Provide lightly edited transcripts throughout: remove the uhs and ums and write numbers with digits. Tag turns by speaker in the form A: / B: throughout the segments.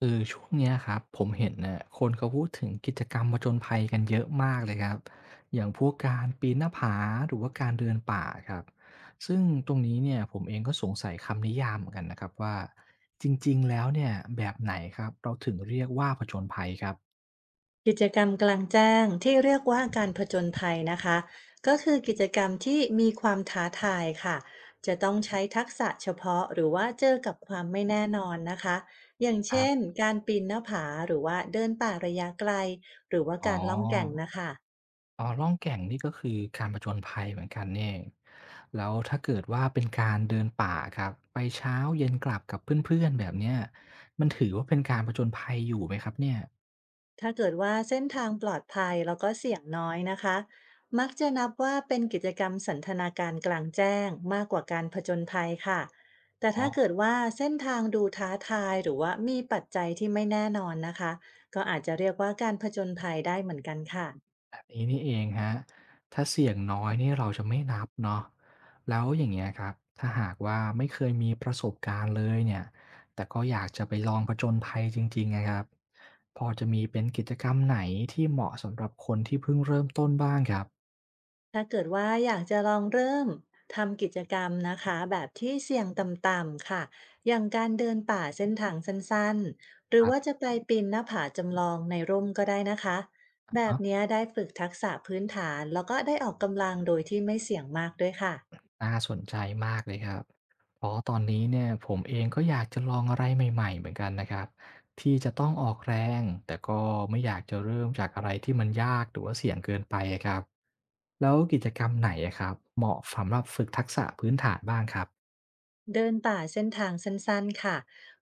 A: คือช่วงเนี้ยครับผมเห็นน่ะคนเขาพูดถึงกิจกรรมผจญภัยกันเยอะมากเลยครับอย่างพวกการปีนหน้าผาหรือว่าการเดินป่าครับซึ่งตรงนี้เนี่ยผมเองก็สงสัยคำนิยามเหมือนกันนะครับว่าจริงๆแล้วเนี่ยแบบไหนครับเราถึงเรียกว่าผจญภัยครับ
B: กิจกรรมกลางแจ้งที่เรียกว่าการผจญภัยนะคะก็คือกิจกรรมที่มีความท้าทายค่ะจะต้องใช้ทักษะเฉพาะหรือว่าเจอกับความไม่แน่นอนนะคะอย่าง
A: ครั
B: เช่น
A: บ
B: การปีนหน้าผาหรือว่าเดินป่าระยะไกลหรือว่า
A: อ๋อ
B: การล่องแก่งนะคะ
A: อ๋อล่องแก่งนี่ก็คือการผจญภัยเหมือนกันเนี่เองแล้วถ้าเกิดว่าเป็นการเดินป่าครับไปเช้าเย็นกลับกับเพื่อนๆแบบเนี้ยมันถือว่าเป็นการผจญภัยอยู่ไหมครับเนี่ย
B: ถ้าเกิดว่าเส้นทางปลอดภัยแล้วก็เสี่ยงน้อยนะคะ มักจะนับว่าเป็นกิจกรรมสันทนาการกลางแจ้งมากกว่าการผจญภัยค่ะ แต่
A: อ๋อ
B: ถ้าเกิดว่าเส้นทางดูท้าทายหรือว่ามีปัจจัยที่ไม่แน่นอนนะคะ ก็อาจจะเรียกว่าการผจญภัยได้เหมือนกันค่ะ
A: แบบนี้นี่เองครับถ้าเสี่ยงน้อยนี่เราจะไม่นับเนาะแล้วอย่างเงี้ยครับถ้าหากว่าไม่เคยมีประสบการณ์เลยเนี่ยแต่ก็อยากจะไปลองผจญภัยจริงๆอะครับพอจะมีเป็นกิจกรรมไหนที่เหมาะสำหรับคนที่เพิ่งเริ่มต้นบ้างครับ
B: ถ้าเกิดว่าอยากจะลองเริ่มทำกิจกรรมนะคะแบบที่เสี่ยงต่ำๆค่ะอย่างการเดินป่าเส้นทางสั้นๆห
A: ค
B: รือ
A: รั
B: ว่าจะ
A: บ
B: ไปปีนหน้าผาจำลองในร่มก็ได้นะคะ
A: อ
B: แบบ
A: า
B: เนี้ยได้ฝึกทักษะพื้นฐานแล้วก็ได้ออกกำลังโดยที่ไม่เสี่ยงมากด้วยค่ะ
A: น่าสนใจมากเลยครับเพราะตอนนี้เนี่ยผมเองก็อยากจะลองอะไรใหม่ๆเหมือนกันนะครับ ที่จะต้องออกแรงแต่ก็ไม่อยากจะเริ่มจากอะไรที่มันยากหรือว่าเสี่ยงเกินไปอะครับ แล้วกิจกรรมไหนอะครับ เหมาะสำหรับฝึกทักษะพื้นฐานบ้างครับ
B: เดินป่าเส้นทางสั้นๆค่ะ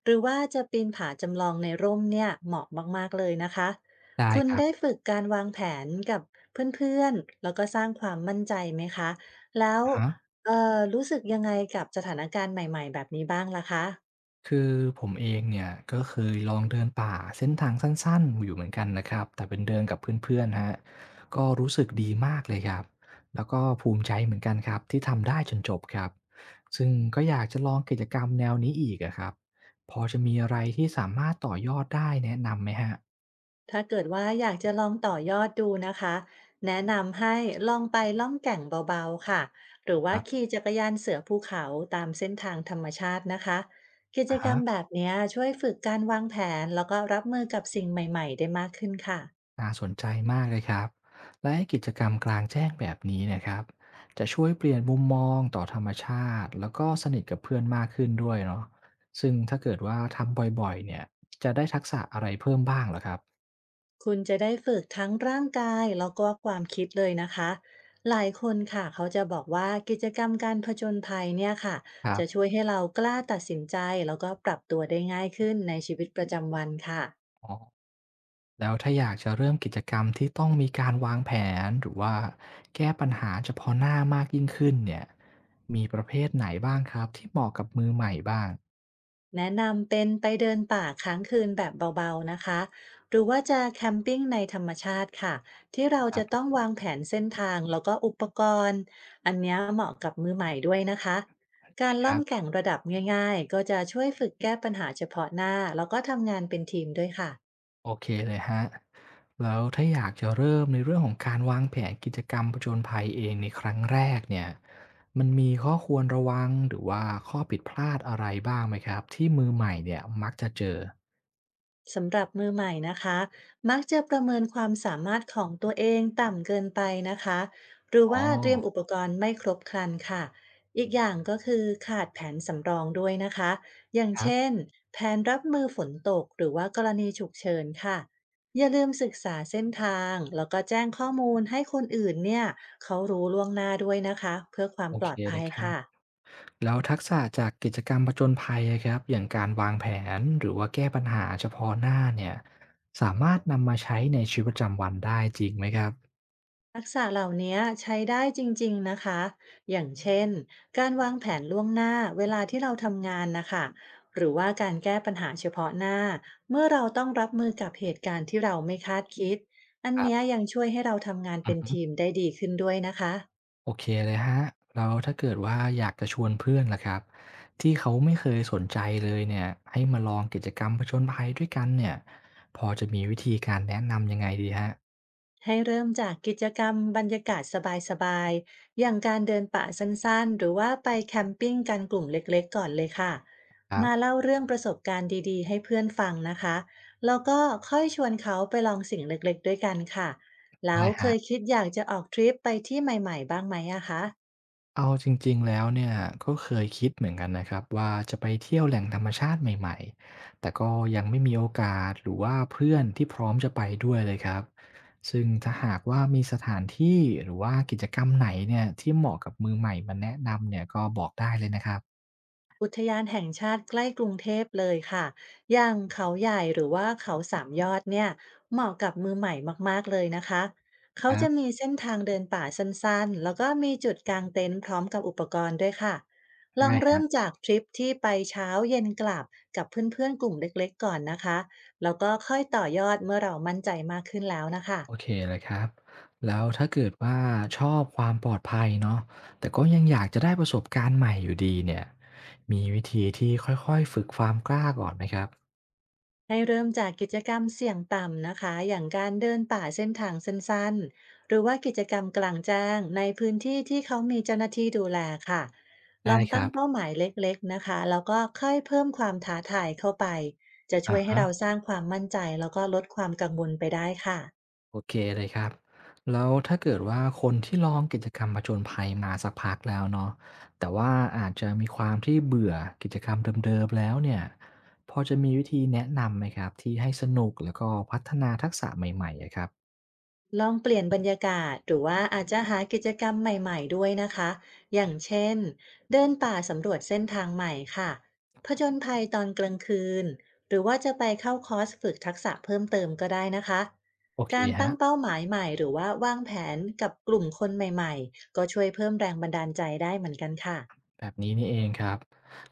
B: หรือว่าจะปีนผาจำลองในร่มเนี่ยเหมาะมากๆเลยนะคะ
A: ได้
B: คุณ
A: ครับ
B: ได้ฝึกการวางแผนกับเพื่อนๆแล้วก็สร้างความมั่นใจไหมคะแล้ว
A: อะฮะ
B: รู้สึกยังไงกับสถานการณ์ใหม่ๆแบบนี้บ้างล่ะคะ
A: คือผมเองเนี่ยก็เคยลองเดินป่าเส้นทางสั้นๆอยู่เหมือนกันนะครับแต่เป็นเดินกับเพื่อนๆคะัก็รู้สึกดีมากเลยครับแล้วก็ภูมิใจเหมือนกันครับที่ทำได้จนจบครับซึ่งก็อยากจะลองกิจกรรมแนวนี้อีกอะครับพอจะมีอะไรที่สามารถต่อยอดได้แนะนำไหมครับ
B: ถ้าเกิดว่าอยากจะลองต่อยอดดูนะคะแนะนำให้ลองไปล่องแก่งเบาๆค่ะหรือ
A: ค
B: ว่า
A: รั
B: ขี่
A: บ
B: จักรยานเสือภูเขาตามเส้นทางธรรมชาตินะคะกิจ
A: อะ
B: กร
A: ฮะ
B: รมแบบเนี้ยช่วยฝึกการวางแผนแล้วก็รับมือกับสิ่งใหม่ๆได้มากขึ้นค่ะ
A: น่าสนใจมากเลยครับและ้กิจกรรมกลางแจ้งแบบนี้นะครับจะช่วยเปลี่ยนมุมมองต่อธรรมชาติแล้วก็สนิทกับเพื่อนมากขึ้นด้วยเนาะซึ่งถ้าเกิดว่าทำบ่อยๆเนี่ยจะได้ทักษะอะไรเพิ่มบ้างเหรอครับ
B: คุณจะได้ฝึกทั้งร่างกายแล้วก็ความคิดเลยนะคะหลายคนค่ะเขาจะบอกว่ากิจกรรมการผจญภัยเนี่ยค่ะ
A: ครับ
B: จะช่วยให้เรากล้าตัดสินใจแล้วก็ปรับตัวได้ง่ายขึ้นในชีวิตประจำวันค่ะ
A: อ๋อแล้วถ้าอยากจะเริ่มกิจกรรมที่ต้องมีการวางแผนหรือว่าแก้ปัญหาเฉพาะหน้ามากยิ่งขึ้นเนี่ยมีประเภทไหนบ้างครับที่เหมาะกับมือใหม่บ้าง
B: แนะนำเป็นไปเดินป่าค้างคืนแบบเบาๆนะคะ หรือว่าจะแคมปิ้งในธรรมชาติค่ะ ที่เรา
A: ครั
B: จะต้อ
A: บ
B: งวางแผนเส้นทางแล้วก็อุปกรณ์ อันเนี้ยเหมาะกับมือใหม่ด้วยนะคะ
A: ได้
B: การ
A: ค
B: ล่
A: รั
B: อง
A: บ
B: แก่งระดับง่ายๆก็จะช่วยฝึกแก้ปัญหาเฉพาะหน้าแล้วก็ทำงานเป็นทีมด้วยค่ะ
A: โอเคเลยฮะแล้วถ้าอยากจะเริ่มในเรื่องของการวางแผนกิจกรรมผจญภัยเองในครั้งแรกเนี่ยมันมีข้อควรระวังหรือว่าข้อผิดพลาดอะไรบ้างไหมครับที่มือใหม่เนี่ยมักจะเจอ
B: สำหรับมือใหม่นะคะมักจะประเมินความสามารถของตัวเองต่ำเกินไปนะคะหรือ
A: อ๋
B: ว่าเตรียมอุ
A: อ
B: ปกรณ์ไม่ครบครันค่ะอีกอย่างก็คือขาดแผนสำรองด้วยนะคะอย่าง
A: ครั
B: เช่
A: บ
B: นแผนรับมือฝนตกหรือว่ากรณีฉุกเฉินค่ะอย่าลืมศึกษาเส้นทางแล้วก็แจ้งข้อมูลให้คนอื่นเนี่ยเขารู้ล่วงหน้าด้วยนะคะเพื่อความ
A: โอ
B: ป
A: เค
B: ลอด
A: เล
B: ภั
A: ย
B: ย
A: ครับ
B: ค่ะ
A: แล้วทักษะจากกิจกรรมผจญภัยอะครับอย่างการวางแผนหรือว่าแก้ปัญหาเฉพาะหน้าเนี่ยสามารถนำมาใช้ในชีวิตประจำวันได้จริงไหมครับ
B: ทักษะเหล่านี้ใช้ได้จริงๆนะคะ อย่างเช่น การวางแผนล่วงหน้าเวลาที่เราทำงานนะคะ หรือว่าการแก้ปัญหาเฉพาะหน้า เมื่อเราต้องรับมือกับเหตุการณ์ที่เราไม่คาดคิด อัน
A: ครั
B: เนี้ย
A: บ
B: ยังช่วยให้เราทำงาน
A: อือ
B: เป็น
A: ฮึ
B: ทีมได้ดีขึ้นด้วยนะคะ
A: โอเคเลยครับแล้วถ้าเกิดว่าอยากจะชวนเพื่อนล่ะครับที่เขาไม่เคยสนใจเลยเนี่ยให้มาลองกิจกรรมผจญภัยด้วยกันเนี่ยพอจะมีวิธีการแนะนำยังไงดีครับ
B: ให้เริ่มจากกิจกรรมบรรยากาศสบายๆ อย่างการเดินป่าสั้นๆ หรือว่าไปแคมปิ้งกันกลุ่มเล็กๆก่อนเลยค่ะ
A: ครั
B: มา
A: บ
B: เล่าเรื่องประสบการณ์ดีๆให้เพื่อนฟังนะคะแล้วก็ค่อยชวนเขาไปลองสิ่งเล็กๆด้วยกันค่ะ แล้
A: ได้
B: วเค
A: ฮะ
B: ยคิดอยากจะออกทริปไปที่ใหม่ๆบ้างไหมอะคะ
A: เอาจริงๆแล้วเนี่ยก็เคยคิดเหมือนกันนะครับว่าจะไปเที่ยวแหล่งธรรมชาติใหม่ๆแต่ก็ยังไม่มีโอกาสหรือว่าเพื่อนที่พร้อมจะไปด้วยเลยครับซึ่งถ้าหากว่ามีสถานที่หรือว่ากิจกรรมไหนเนี่ยที่เหมาะกับมือใหม่มาแนะนำเนี่ยก็บอกได้เลยนะครับ
B: อุทยานแห่งชาติใกล้กรุงเทพเลยค่ะอย่างเขาใหญ่หรือว่าเขาสามยอดเนี่ยเหมาะกับมือใหม่มากๆเลยนะคะ
A: ค
B: เขา
A: รั
B: จะ
A: บ
B: มีเส้นทางเดินป่าสั้นๆแล้วก็มีจุดกางเต็นท์พร้อมกับอุปกรณ์ด้วยค่ะลอ
A: ได้
B: ง
A: ครั
B: เริ่ม
A: บ
B: จากทริปที่ไปเช้าเย็นกลับกับเพื่อนๆกลุ่มเล็กๆก่อนนะคะแล้วก็ค่อยต่อยอดเมื่อเรามั่นใจมากขึ้นแล้วนะคะ
A: โอเคเลยครับแล้วถ้าเกิดว่าชอบความปลอดภัยเนาะแต่ก็ยังอยากจะได้ประสบการณ์ใหม่อยู่ดีเนี่ยมีวิธีที่ค่อยๆฝึกความกล้าก่อนไหมครับ
B: ให้เริ่มจากกิจกรรมเสี่ยงต่ำนะคะอย่างการเดินป่าเส้นทางสั้นๆหรือว่ากิจกรรมกลางแจ้งในพื้นที่ที่เขามีเจ้าหน้าที่ดูแลค่ะล
A: ได้
B: อง
A: ค
B: ตั้
A: รั
B: ง
A: บ
B: เป้าหมายเล็กๆนะคะแล้วก็ค่อยเพิ่มความท้าทายเข้าไปจะช่
A: อะ
B: วยให้
A: ฮะ
B: เราสร้างความมั่นใจแล้วก็ลดความกังวลไปได้ค่ะ
A: โอเคเลยครับแล้วถ้าเกิดว่าคนที่ลองกิจกรรมผจญภัยมาสักพักแล้วเนาะแต่ว่าอาจจะมีความที่เบื่อกิจกรรมเดิมๆแล้วเนี่ยพอจะมีวิธีแนะนำไหมครับที่ให้สนุกแล้วก็พัฒนาทักษะใหม่ๆอะครับ
B: ลองเปลี่ยนบรรยากาศหรือว่าอาจจะหากิจกรรมใหม่ๆด้วยนะคะอย่างเช่นเดินป่าสำรวจเส้นทางใหม่ค่ะผจญภัยตอนกลางคืนหรือว่าจะไปเข้าคอร์สฝึกทักษะเพิ่มเติมก็ได้นะคะ
A: โอเค
B: การ
A: ครั
B: ตั้งเป้า
A: บ
B: หมายใหม่หรือว่าวางแผนกับกลุ่มคนใหม่ๆก็ช่วยเพิ่มแรงบันดาลใจได้เหมือนกันค่ะ
A: แบบนี้นี่เองครับ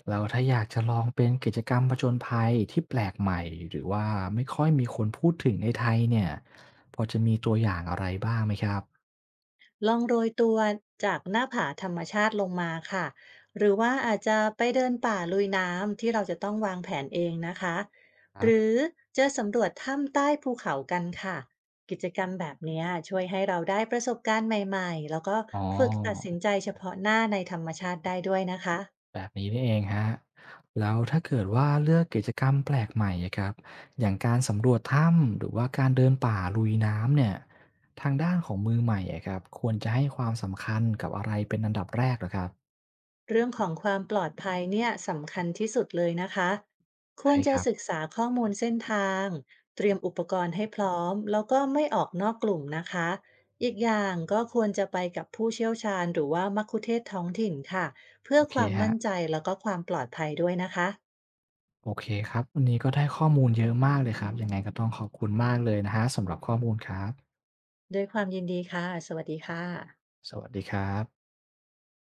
A: แล้วถ้าอยากจะลองเป็นกิจกรรมผจญภัยที่แปลกใหม่หรือว่าไม่ค่อยมีคนพูดถึงในไทยเนี่ยพอจะมีตัวอย่างอะไรบ้างไหมครับ
B: ลองโรยตัวจากหน้าผาธรรมชาติลงมาค่ะหรือว่าอาจจะไปเดินป่าลุยน้ำที่เราจะต้องวางแผนเองนะคะ
A: ครั
B: หรื
A: บ
B: อจะสำรวจถ้ำใต้ภูเขากันค่ะกิจกรรมแบบเนี้ยช่วยให้เราได้ประสบการณ์ใหม่ๆแล้วก็
A: อ๋
B: ฝึกตัด
A: อ
B: สินใจเฉพาะหน้าในธรรมชาติได้ด้วยนะคะ
A: แบบนี้นี่เองครับแล้วถ้าเกิดว่าเลือกกิจกรรมแปลกใหม่อะครับอย่างการสำรวจถ้ำหรือว่าการเดินป่าลุยน้ำเนี่ยทางด้านของมือใหม่อะครับควรจะให้ความสำคัญกับอะไรเป็นอันดับแรกเหรอครับ
B: เรื่องของความปลอดภัยเนี่ยสำคัญที่สุดเลยนะคะคว
A: ใช่
B: ร
A: ค
B: จะ
A: รับ
B: ศึกษาข้อมูลเส้นทาง เตรียมอุปกรณ์ให้พร้อมแล้วก็ไม่ออกนอกกลุ่มนะคะอีกอย่างก็ควรจะไปกับผู้เชี่ยวชาญหรือว่ามัคคุเทศก์ท้องถิ่นค่ะเพื่
A: โอ
B: อ
A: เค
B: ความ
A: ครั
B: มั่น
A: บ
B: ใจแล้วก็ความปลอดภัยด้วยนะคะ
A: โอเคครับวันนี้ก็ได้ข้อมูลเยอะมากเลยครับยังไงก็ต้องขอบคุณมากเลยนะฮะสำหรับข้อมูลครับ
B: ด้วยความยินดีค่ะสวัสดีค่ะ
A: สวัสดีครับ